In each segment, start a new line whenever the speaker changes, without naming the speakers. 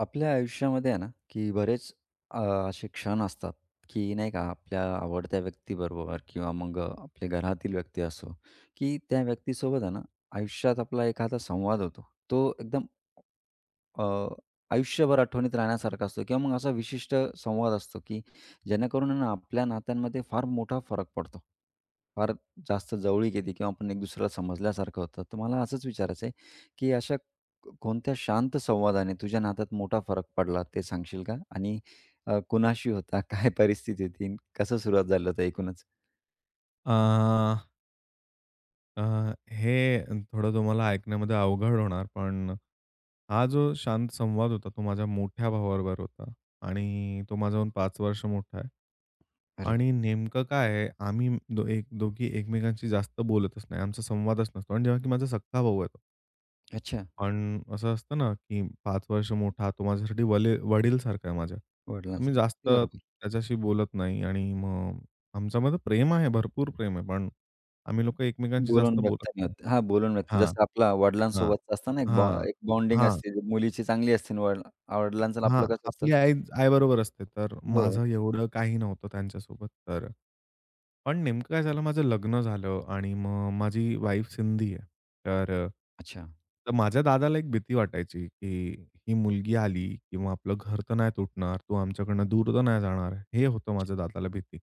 आपल्या आयुष्यामध्ये आहे ना, की बरेच अ, असे क्षण असतात, की नाही का आपल्या आवडत्या व्यक्तीबरोबर किंवा मग आपल्या घरातील व्यक्ती असो, की त्या व्यक्तीसोबत आहे ना, आयुष्यात आपला एखादा संवाद होतो. तो एकदम अ, आयुष्यभर आठवणीत राहण्यासारखा असतो किंवा मग असा विशिष्ट संवाद असतो, की जेणेकरून आहे ना आपल्या नात्यांमध्ये फार मोठा फरक पडतो. फार जास्त जवळीक येते किंवा आपण एक दुसऱ्याला समजल्यासारखं होतं. तर मला असंच विचारायचं आहे, की अशा कोणत्या शांत संवादाने तुझ्या नात्यात मोठा फरक पडला ते सांगशील का? आणि कुणाशी होता? काय परिस्थिती होती? कसं सुरुवात झालं होतं एकूणच?
अ, अ, हे थोडं तुम्हाला ऐकण्यामध्ये अवघड होणार, पण हा जो शांत संवाद होता, तो माझ्या मोठ्या भावाबरोबर होता आणि तो माझ्याहून 5 वर्ष मोठा आहे.
अरे!
आणि नेमकं काय आहे, आम्ही दो एक दोघी एकमेकांशी जास्त बोलतच नाही. आमचा संवादच नसतो आणि जेव्हा की माझा सख्खा भाऊ आहे.
अच्छा.
पण असं असतं ना, की 5 वर्ष मोठा तो माझ्यासाठी वडीलसारखा आहे माझ्या. तर मी
वडिलांसारखं.
जास्त
बरोबर.
त्याच्याशी बोलत नाही आणि मग आमच्यामध्ये प्रेम आहे, भरपूर प्रेम आहे, पण आम्ही लोकं एकमेकांशी
बोलून
जास्त
व्यक्त
बोलत
नाही
नाही.
होत. हां, बोलून व्यक्त.
हां,
जसं आपला
हां,
वडिलांसोबतचं असतं ना, एक बॉ
हां,
एक बॉन्डिंग
हां,
असते. मुलीची चांगली असते आणि वडील वडिलांचं आणि आपलं
हां.
कसं असतं
आपली आईबरोबर असते, तर
हो.
माझं एवढं काही नव्हतं त्यांच्यासोबत. तर पण नेमकं काय झालं, माझं लग्न झालं आणि मग माझी वाईफ सिंधी आहे. तर अ,
अच्छा.
तर माझ्या दादाला एक भीती वाटायची, की ही मुलगी आली किंवा आपलं घर तर नाही तुटणार, तो आमच्याकडनं दूर तर नाही जाणार. हे होतं माझ्या दादाला भीती.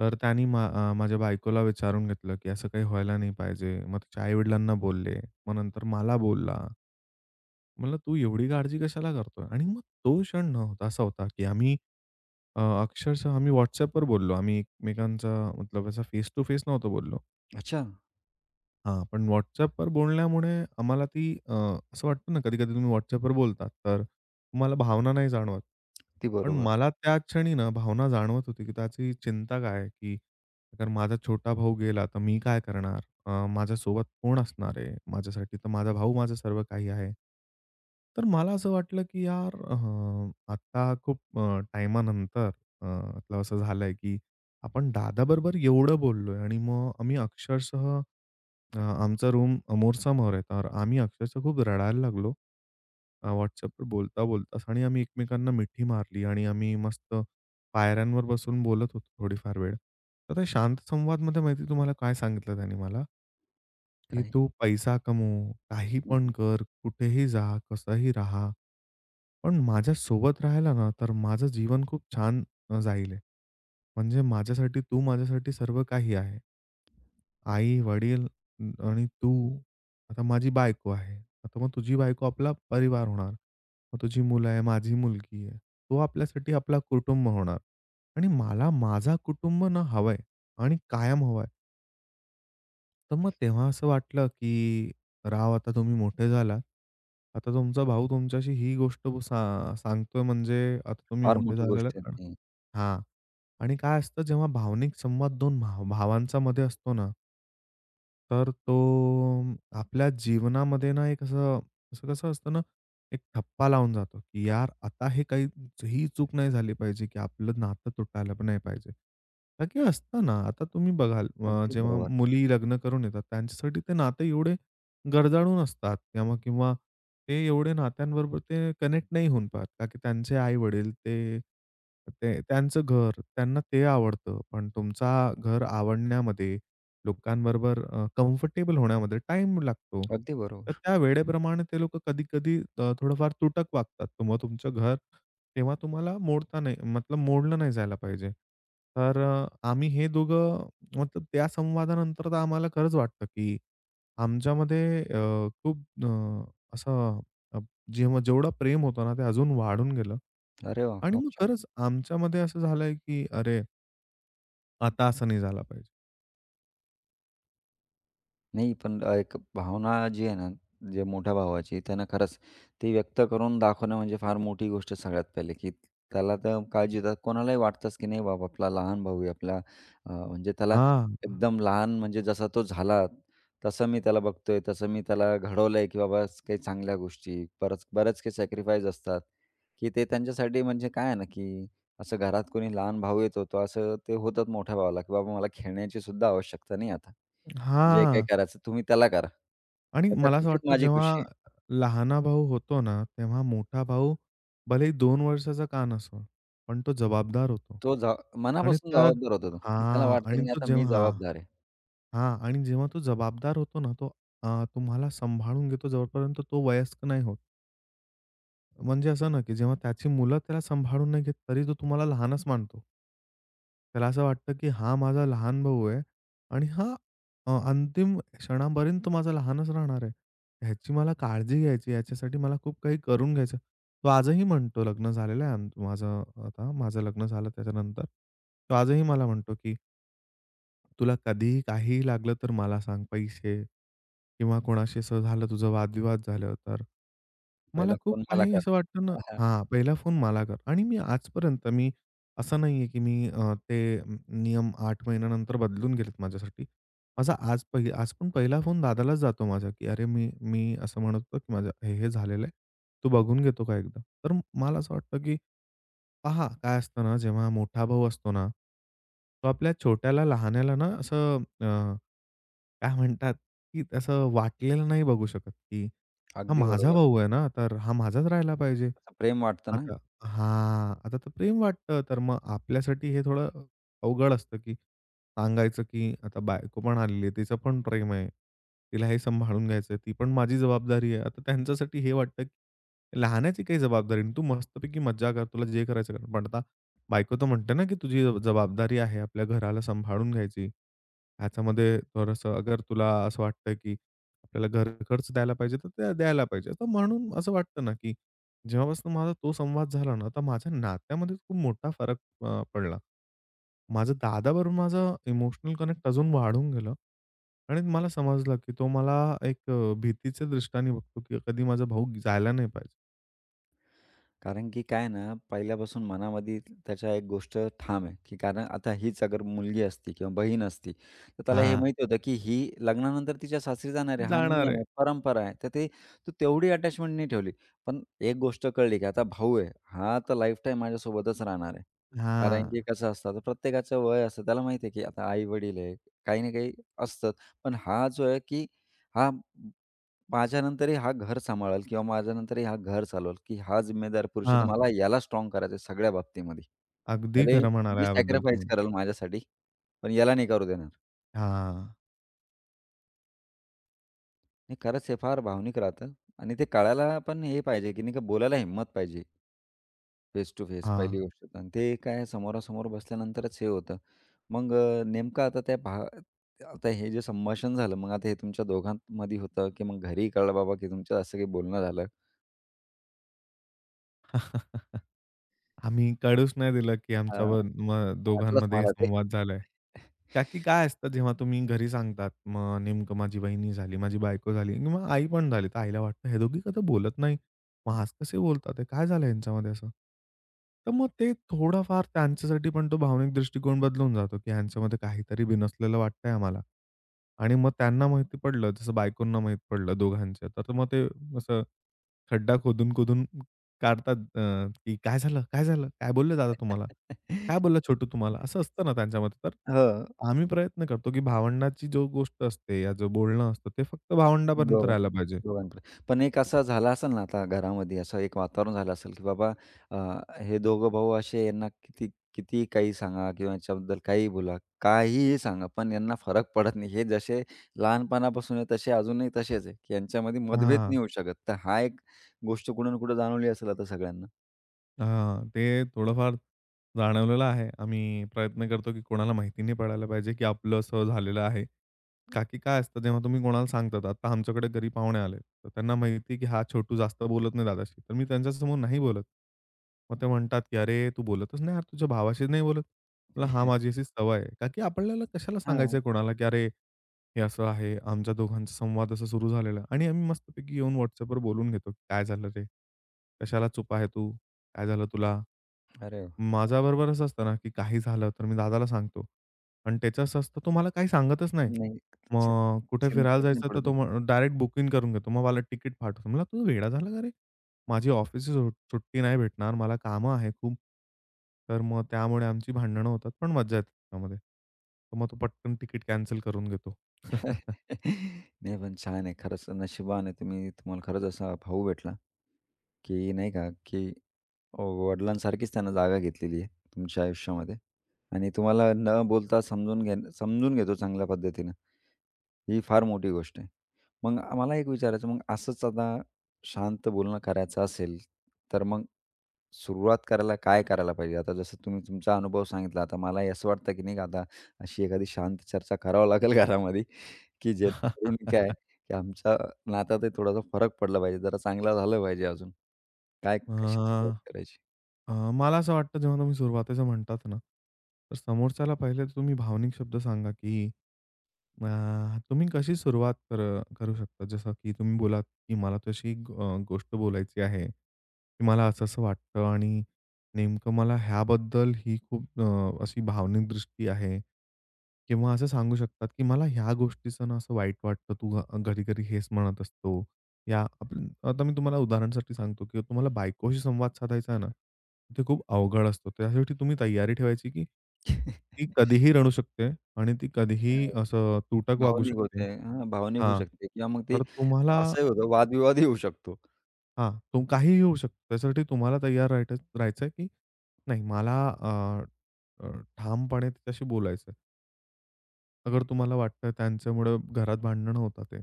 तर त्यानी माझ्या बायकोला विचारून घेतलं, की असं काही व्हायला नाही पाहिजे. मग त्याच्या आई-वडिलांना बोलले. मग नंतर मला बोलला. म्हणलं, "तू एवढी काळजी कशाला करतोय?" आणि मग तो क्षण न होता असा होता, की आम्ही अक्षरशः आम्ही WhatsAppवर बोललो. आम्ही एकमेकांचा मतलब असा फेस टू फेस नव्हतो बोललो.
अच्छा,
हां, पण WhatsAppवर बोलण्यामुळे आम्हाला ती अ, असं वाटतं ना, कधी-कधी तुम्ही WhatsAppवर बोलतात, तर तुम्हाला भावना नाही जाणवत.
अगदी
पण
बरोबर.
मला त्या क्षणी ना भावना जाणवत होती, की त्याची चिंता काय आहे, की अगर माझा छोटा भाऊ गेला, तर मी काय करणार? माझ्यासोबत कोण असणार आहे माझ्यासाठी? तर माझा भाऊ माझं सर्व काही आहे. तर मला असं वाटलं, की यार आता खूप टाईमानंतर आपलं असं झालंय, की आपण दादाबरोबर एवढं बोललोय. आणि मग आम्ही अक्षरशः, आमचा रूम समोरासमोर आहे. तर आम्ही अक्षरशः खूप रडायला लागलो WhatsAppवर बोलता-बोलताच, आणि आम्ही एकमेकांना मिठी मारली आणि आम्ही मस्त पायऱ्यांवर बसून बोलत होतो थोडीफार वेळ. तर त्या शांत संवादमध्ये माहिती आहे तुम्हाला काय सांगितलं त्याने मला, की
काय?
"तू पैसा कमव, काही
हं,
पण
हं.
कर, कुठेही जा, कसंही राहा, पण माझ्यासोबत राहिला ना, तर माझं जीवन खूप छान जाईल. म्हणजे माझ्यासाठी तू, माझ्यासाठी सर्व काही आहे. आई-वडील आणि तू. आता माझी बायको आहे. आता मग तुझी बायको आपला परिवार होणार. मग तुझी मुलं आहे, माझी मुलगी आहे. तो आपल्यासाठी आपला कुटुंब होणार. आणि मला माझा कुटुंब ना हवंय आणि कायम हवाय." तर मग तेव्हा असं वाटलं, की राव आता तुम्ही मोठे झालात. आता तुमचा भाऊ तुमच्याशी ही गोष्ट सांगतोय म्हणजे आता तुम्ही
फार
मोठे
मोठी
झालेले
गोष्ट आहे
आहात.
ती.
हां. आणि काय असतं जेव्हा भावनिक संवाद 2 भावांच्यामध्ये असतो ना, तर तो अं, आपल्या जीवनामध्ये ना एक असं, असं कसं असतं ना, एक ठप्पा लावून जातो, की यार आता हे काही, ही चूक नाही झाली पाहिजे, की आपलं नातं तुटायला पण नाही पाहिजे. का की असतं ना, आता तुम्ही बघाल
अगदी
जेव्हा
बरोबर.
मुली लग्न करून येतात, त्यांच्यासाठी ते नाते एवढे गरदाळून असतात किंवा किंवा ते एवढे नात्यांबरोबर ते कनेक्ट नाही होऊन पाहत. का की त्यांचे आई-वडील, ते ते त्यांचं घर, त्यांना ते आवडतं. पण तुमचा घर आवडण्यामध्ये, लोकांबरोबर कम्फर्टेबल होण्यामध्ये टाईम लागतो.
अगदी
तर
बरोबर.
त्या वेळेप्रमाणे ते लोकं कधी-कधी थोडंफार तुटक वागतात. तर मग तुमचं घर तेव्हा तुम्हाला मोडता नाही, मतलब मोडलं नाही जायला पाहिजे. तर आम्ही हे दोघं, मतलब त्या संवादानंतर तर आम्हाला खरंच वाटतं, की आमच्यामध्ये अ, खूप अ, असं अ, जेव्हा जेवढं प्रेम होतं ना, ते अजून वाढून गेलं.
अरे वाह!
आणि
फार
मग
छान.
खरंच आमच्यामध्ये असं झालंय, की अरे, आता असं नाही झालं पाहिजे.
नाही, पण एक भावना जी आहे ना, जे मोठ्या भावाची त्यानं खरंच ती व्यक्त करून दाखवणं म्हणजे फार मोठी गोष्ट सगळ्यात पहिले, की त्याला तर काळजी तर कोणालाही वाटतंच, की नाही बाबा आपला लहान भाऊ आहे आपला म्हणजे त्याला
हां.
एकदम लहान म्हणजे जसा तो झाला, तसं मी त्याला बघतोय, तसं मी त्याला घडवलंय, की बाबा काही चांगल्या गोष्टी, बरेच काही सॅक्रिफाईस असतात, की ते त्यांच्यासाठी म्हणजे काय आहे ना, की असं घरात कोणी लहान भाऊ येतो, तो असं ते होतात मोठ्या भावाला, की बाबा मला खेळण्याची सुद्धा आवश्यकता नाही आता. जे काही
हां.
करायचं तुम्ही त्याला करा.
आणि
त्याच्या
मला असं
खुशीत
वाटतं
माझी
जेव्हा
खुशी आहे.
लहाना भाऊ होतो ना, तेव्हा मोठा भाऊ भलेही 2 वर्षाचा का नसो, पण तो जबाबदार होतो.
तो जा
आणि
मनापासून
त्या
जबाबदार होता तो, की त्याला
हां.
वाटतं की
आणि
नाही
तो
आता मी
जेव्हा हां,
जबाबदार आहे.
हां. आणि जेव्हा तो जबाबदार होतो ना, तो अ, तुम्हाला सांभाळून घेतो जोपर्यंत तो वयस्क नाही होत. म्हणजे असं ना, की जेव्हा त्याची मुलं त्याला सांभाळून नाही घेत, तरी तो तुम्हाला लहानच मानतो. त्याला असं वाटतं, की हा माझा लहान भाऊ आहे आणि हा अंतिम क्षणापर्यंत तो माझा लहानच राहणार आहे. ह्याची मला काळजी घ्यायची, याच्यासाठी मला खूप काही करून घ्यायचं. तो आजही म्हणतो, लग्न झालेलं आहे माझं, आता माझं लग्न झालं त्याच्यानंतर. तो आजही मला म्हणतो, की तुला कधीही काहीही लागलं तर मला सांग. पैसे किंवा कोणाशी असं झालं, तुझं वादविवाद झालं तर.
पहिला
मला खूप
फोन मला
काही
कर.
असं वाटतं ना, हां, पहिला फोन मला कर. आणि मी आजपर्यंत मी असं नाहीये, की मी नियम 8 महिन्यानंतर बदलून गेलेत माझ्यासाठी. माझा आज पण पहिला फोन दादालाच जातो माझा, की "अरे, मी मी असं म्हणत होतो, की माझं हे झालेलं आहे. तू बघून घेतो का एकदा?" तर मला असं वाटतं, की पहा, काय असतं ना, जेव्हा मोठा भाऊ असतो ना, तो आपल्या छोट्याला, लहान्याला ना असं अ, काय म्हणतात, की असं वाटलेलं नाही बघू शकत, की हा
अगदी
माझा
बरोबर.
भाऊ आहे ना, तर हा माझाच राहिला पाहिजे.
असं प्रेम वाटतं ना.
आता हां, आता तर प्रेम वाटतं. तर मग आपल्यासाठी हे थोडं अवघड असतं, की सांगायचं, की आता बायको पण आलेली आहे, तिचं पण प्रेम आहे. तिला हे सांभाळून घ्यायचं, ती पण माझी जबाबदारी आहे. आता त्यांच्यासाठी हे वाटतं, लहानाची काही जबाबदारी नाही. तू मस्तपैकी मज्जा कर. तुला जे करायचं कर. पण आता बायको तर म्हणते ना, की तुझी जबाबदारी आहे आपल्या घराला सांभाळून घ्यायची. ह्याच्यामध्ये थोडंसं अगर तुला असं वाटतं, की आपल्याला घर खर्च द्यायला पाहिजे, तर ते द्यायला पाहिजे. तर म्हणून असं वाटतं ना, की जेव्हापासून माझा तो संवाद झाला ना, तर माझ्या नात्यामध्ये खूप मोठा फरक पडला. दादाबरोबर माझं इमोशनल कनेक्ट अजून वाढून गेलं आणि मला समजलं, की तो मला एक भीतीच्या दृष्टीने बघतो, की कधी माझा भाऊ जायला नाही पाहिजे.
कारण की काय आहे ना, पहिल्यापासून मनामध्ये त्याच्या एक गोष्ट ठाम आहे, की कारण आता हीच अगर मुलगी असती किंवा बहीण असती, तर त्याला हे
हां.
माहिती होतं, की ही लग्नानंतर तिच्या सासरी जाणार आहे. हा
जाणार
नियम
आहे.
आहे, परंपरा आहे. तर ते तू तेवढी अटॅचमेंट नाही ठेवली. पण एक गोष्ट कळली, की आता भाऊ आहे, हा तर लाईफटाईम माझ्यासोबतच राहणार आहे. कारण की
हां,
कसं असतं, आता प्रत्येकाचं वय असतं. त्याला माहिती आहे, की आता आई-वडील आहे, काही ना काही असतात. पण हा जो आहे, की हा माझ्यानंतरही हा घर सांभाळेल किंवा माझ्यानंतरही हा घर चालवेल, की हा जिम्मेदार पुरुष आहे, तर
हां.
मला याला स्ट्राँग करायचं आहे सगळ्या बाबतीमध्ये.
अगदी
भले
खरं म्हणाला
मी
याबद्दल
सॅक्रिफाईस
तुम्ही.
करेल माझ्यासाठी, पण याला नाही करू देणार.
हां,
नाही खरंच हे फार भावनिक राहतं आणि ते कळायला पण हे पाहिजे, की नाही का बोलायला हिंमत पाहिजे फेस टू फेस पहिली
हां.
गोष्ट तर. आणि ते काय समोरासमोर बसल्यानंतरच हे होतं. मग नेमकं आता त्या भा आता हे जे संभाषण झालं, मग आता हे तुमच्या दोघांमध्ये होतं, की मग घरी कळलं बाबा, की तुमचं असं काही बोलणं झालं.
आम्ही कळूच नाही दिलं, की
हां,
आमच्या ब म
वाटलंच
दोघांमध्ये हे
मला ते.
संवाद झालाय. का की काय असतं जेव्हा तुम्ही घरी सांगतात, मग नेमकं माझी वहिनी झाली, माझी बायको झाली किंवा आई पण झाली. तर आईला वाटतं हे दोघी कधी बोलत नाही. मग आज कसे बोलतात हे? काय झालं यांच्यामध्ये असं? तर मग ते थोडाफार त्यांच्यासाठी पण तो भावनिक दृष्टिकोन बदलून जातो, की ह्यांच्यामध्ये काहीतरी बिनसलेलं वाटतंय आम्हाला. आणि मग त्यांना माहिती पडलं, जसं बायकोंना माहीत पडलं दोघांच्या, तर मग ते असं खड्डा खोदून-खोदून काढतात की "काय झालं? काय झालं? काय बोलले दादा तुम्हाला? काय
हो.
बोलला छोटू तुम्हाला?" असं असतं ना त्यांच्यामध्ये. तर
हं.
आम्ही प्रयत्न करतो, की भावंडाची जो गोष्ट असते, या जो बोलणं असतं, ते फक्त भावंडापर्यंत
दोघां
राहायला पाहिजे.
दोघांकडे. पण एक असा झाला असेल ना आता घरामध्ये असं एक वातावरण झालं असेल, की बाबा अ, हे दोघं भाऊ असे यांना कितीही काही सांगा किंवा याच्याबद्दल काहीही बोला, काहीही सांगा, पण यांना फरक पडत नाही. हे जसे लहानपणापासून आहे तसे अजूनही तसेच आहे, की यांच्यामध्ये मतभेद नाही
हां.
होऊ शकत. तर हा एक गोष्ट कुठे ना कुठे जाणवली असेल आता सगळ्यांना.
हां, ते थोडंफार जाणवलेलं आहे. आम्ही प्रयत्न करतो की कोणाला माहिती नाही पडायला पाहिजे की आपलं असं झालेलं आहे. का की काय असतं जेव्हा तुम्ही कोणाला सांगतात, आता आमच्याकडे घरी पाहुणे आले, तर त्यांना माहिती आहे की हा छोटू जास्त बोलत नाही दादाशी. तर मी त्यांच्यासमोर नाही बोलत. मग ते म्हणतात की "अरे, तू बोलतच नाही यार, तुझ्या भावाशी नाही बोलत?" म्हटलं, "हां, माझी अशी सवय आहे." का की आपल्याला कशाला
हां.
सांगायचं कोणाला की "अरे, हे असं आहे, आमच्या दोघांचा संवाद असा सुरू झालेला आहे." आणि आम्ही मस्तपैकी येऊन WhatsAppवर बोलून घेतो, "काय झालं रे? कशाला चुप आहे तू? काय झालं तुला?"
अरे वाह!
माझ्याबरोबर असं असतं ना, की काही झालं तर मी दादाला सांगतो. पण त्याचं असं असतं, तो मला काही सांगतच नाही.
नाही चिं
मग कुठे फिरायला
चिंतेत नाही
जायचं तर
पडत.
तो मग डायरेक्ट बुकिंग करून घेतो. मग मला तिकीट पाठवतो. म्हणलं, "तू वेडा झाला का रे? माझी ऑफिसची सुट्टी नाही भेटणार. मला कामं आहे खूप." तर मग त्यामुळे आमची भांडणं होतात, पण मज्जा येते त्यामध्ये. तर मग तो पटकन तिकीट कॅन्सल करून घेतो.
नाही पण छान आहे. खरंच नशिबाने तुम्हाला खरंच असा भाऊ भेटला, की नाही का, की वडिलांसारखीच त्यानं जागा घेतलेली आहे तुमच्या आयुष्यामध्ये आणि तुम्हाला न बोलता समजून घेतो चांगल्या पद्धतीनं. ही फार मोठी गोष्ट आहे. मग मला एक विचारायचं मग असंच आता शांत बोलणं करायचं असेल, तर मग सुरुवात करायला काय करायला पाहिजे? आता जसं तुम्ही तुमचा अनुभव सांगितला, आता मलाही असं वाटतं, की नाही का, आता अशी एखादी शांत चर्चा करावं लागेल घरामध्ये. की जेणेकरून काय, की आमच्या नात्यातही थोडासा फरक पडला पाहिजे, जरा चांगला झालं पाहिजे अजून. काय
अ,
कशी सुरुवात करायची?
अ, मला असं वाटतं जेव्हा तुम्ही सुरुवातीचं म्हणतात ना, तर समोरच्याला पहिले तर तुम्ही भावनिक शब्द सांगा, की अ, तुम्ही कशी सुरुवात कर करू शकता. जसं की तुम्ही बोलात, की मला तशी गोष्ट बोलायची आहे, की मला असं-असं वाटतं आणि नेमकं मला ह्याबद्दल ही खूप अशी भावनिक दृष्टी आहे. किंवा असं सांगू शकतात, की मला ह्या गोष्टीचं ना असं वाईट वाटतं. तू घरी-घरी हेच म्हणत असतो. या आपण आता मी तुम्हाला उदाहरणासाठी सांगतो, की तुम्हाला बायकोशी संवाद साधायचा आहे ना, ते खूप अवघड असतो. त्यासाठी तुम्ही तयारी ठेवायची, की ती कधीही रडू शकते आणि ती कधीही असं तुटक वागू
भावनिक
शकते.
होते हां, भावनिक होऊ
हां.
शकते किंवा मग ते
तर तुम्हाला,
असंही होतं वादविवादही होऊ शकतो.
हां, काहीही होऊ शकतं. त्यासाठी तुम्हाला तयार राहायचंय, की नाही मला अ, अ, ठामपणे तिच्याशी बोलायचंय. अगर तुम्हाला वाटतं त्यांच्यामुळे घरात भांडणं होतात आहे.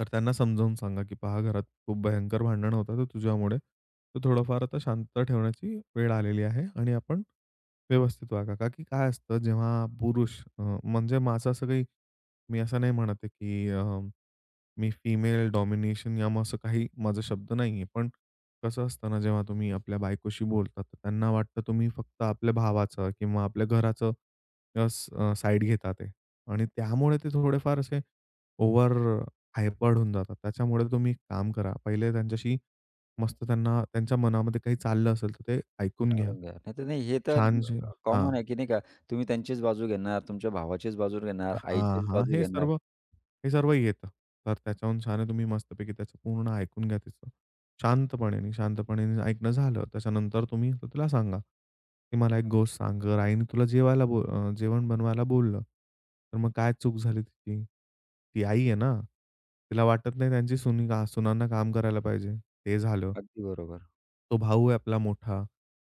तर त्यांना समजावून सांगा, की "पहा घरात खूप भयंकर भांडणं होतात तुझ्यामुळे. तर थोडंफार आता शांत ठेवण्याची वेळ आलेली आहे आणि आपण व्यवस्थित वागा." का की काय असतं जेव्हा पुरुष म्हणजे माझं असं काही, मी असं नाही म्हणत आहे, की मी फिमेल डॉमिनेशन या मग असं काही माझा शब्द नाहीये. पण कसं असतं ना, जेव्हा तुम्ही आपल्या बायकोशी बोलता, तर त्यांना वाटतं तुम्ही फक्त आपल्या भावाचं किंवा आपल्या घराचं साईड घेता ते. आणि त्यामुळे ते थोडेफार असे ओव्हर हायपर्ड होऊन जातात. त्याच्यामुळे तुम्ही एक काम करा. पहिले त्यांच्याशी मस्त, त्यांना त्यांच्या मनामध्ये काही चाललं असेल, तर ते ऐकून घ्या.
कारण काय नाहीतर नाही हे तर
छानशी हां.
कॉमन आहे, की नाही का तुम्ही त्यांचीच बाजू घेणार, तुमच्या भावाचीच बाजू घेणार,
हां,
आईचीच
हां.
बाजू घेणार.
हे सर्व येतं. तर त्याच्याहून छान आहे तुम्ही मस्तपैकी त्याचं पूर्ण ऐकून घ्या तिचं. शांतपणे, शांतपणे ऐकणं झालं. त्याच्यानंतर तुम्ही तर तिला सांगा, की "मला एक गोष्ट सांग गं, आईने तुला जेवण बनवायला बोललं. तर मग काय चूक झाली तिची? ती आई आहे ना. तिला वाटत नाही त्यांची सुनी का सुनांना काम करायला पाहिजे." ते झालं.
अगदी बरोबर.
तो भाऊ आहे आपला मोठा.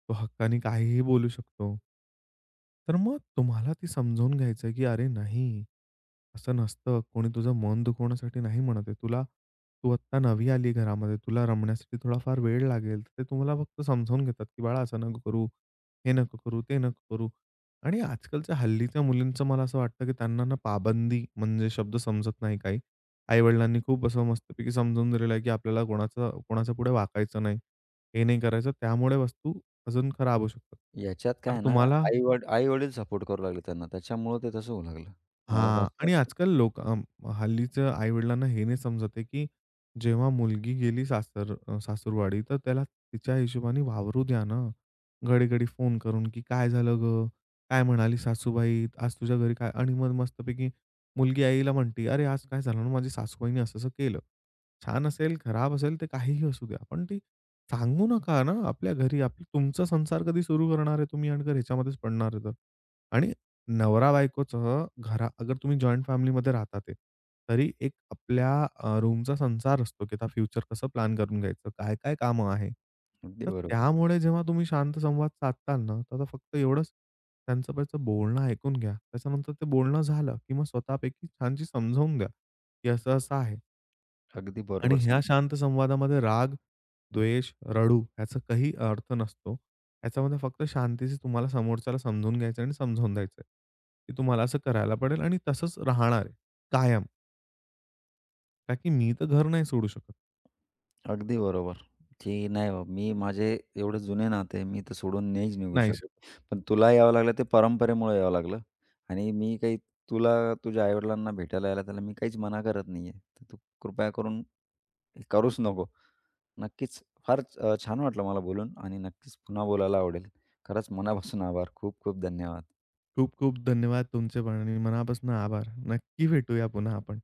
तो हक्काने काहीही बोलू शकतो. तर मग तुम्हाला ती समजावून घ्यायचं आहे, की "अरे नाही, असं नसतं. कोणी तुझं मन दुखवण्यासाठी नाही म्हणत आहे. तू आत्ता नवी आली आहे घरामध्ये. तुला रमण्यासाठी थोडाफार वेळ लागेल." तर ते तुम्हाला फक्त समजावून घेतात, की "बाळा असं नको करू, हे नको करू, ते नको करू." आणि आजकालच्या हल्लीच्या मुलींचं मला असं वाटतं, की त्यांना ना पाबंदी म्हणजे शब्द समजत नाही काही. आई खूप असं मस्तपैकी समजून दिलेलं आहे, की आपल्याला कोणाचं कोणाच्या पुढे वाकायचं नाही. हे नाही करायचं. त्यामुळे वस्तू अजून खराब होऊ शकतात.
याच्यात काय
तर
आहे ना
तुम्हाला
आई-वडील सपोर्ट करू लागले त्यांना. त्याच्यामुळं ते तसं होऊ लागलं. मला तर
हां.
असं
आणि
वाटतं.
आजकाल हल्लीच्या आई-वडिलांना हे नाही समजत आहे, की जेव्हा मुलगी गेली सासूरवाडी, तर त्याला तिच्या हिशोबाने वावरू द्या ना. घडी-घडी फोन करून, की "काय झालं गं? काय म्हणाली सासूबाई? आज तुझ्या घरी काय?" आणि मग मस्तपैकी मुलगी आईला म्हणते, "अरे, आज काय झालं ना, माझी सासूबाईने असं-असं केलं." छान असेल, खराब असेल, ते काहीही असू द्या. पण ती सांगू नका ना आपल्या घरी. आपलं तुमचा संसार कधी सुरू करणार आहे तुम्ही, आणि जर ह्याच्यामध्येच पडणार आहे तर. आणि नवरा-बायकोचं अगर तुम्ही जॉइंट फॅमिलीमध्ये राहतात आहे, तरी एक आपल्या रूमचा संसार असतो, की आता फ्युचर कसं प्लॅन करून घ्यायचं, काय-काय कामं आहे.
अगदी
तर
बरोबर.
त्यामुळे जेव्हा तुम्ही शांत संवाद साधताल ना, तर आता फक्त एवढंच त्यांचं पहिलं बोलणं ऐकून घ्या. त्याच्यानंतर ते बोलणं झालं, की मग स्वतःपैकी छानशी समजावून द्या, की असं-असं आहे.
अगदी
आणि
बरोबर
ह्या
सांगितलं.
शांत संवादामध्ये राग, द्वेष, रडू याचा काही अर्थ नसतो. याच्यामध्ये फक्त शांतीशी तुम्हाला समोरच्याला समजून घ्यायचं आणि समजावून द्यायचं की तुम्हाला असं करायला पडेल आणि तसंच राहणार आहे कायम. का की मी तर घर नाही सोडू शकत.
अगदी बरोबर, की नाही बाबा मी माझे एवढे जुने नाते मी तर सोडून नाहीच निघू
नाही
शकत.
शकत.
पण तुला यावं लागलं ते परंपरेमुळे यावं लागलं आणि मी काही तुला तुझ्या आई-वडिलांना भेटायला यायला त्याला मी काहीच मना करत नाहीये. तर तू कृपया करून हे करूच नको. नक्कीच फार छान वाटलं मला बोलून आणि नक्कीच पुन्हा बोलायला आवडेल. खरंच मनापासून आभार. खूप खूप धन्यवाद.
खूप खूप धन्यवाद तुमचे पण आणि मनापासून आभार. नक्की भेटूया पुन्हा आपण.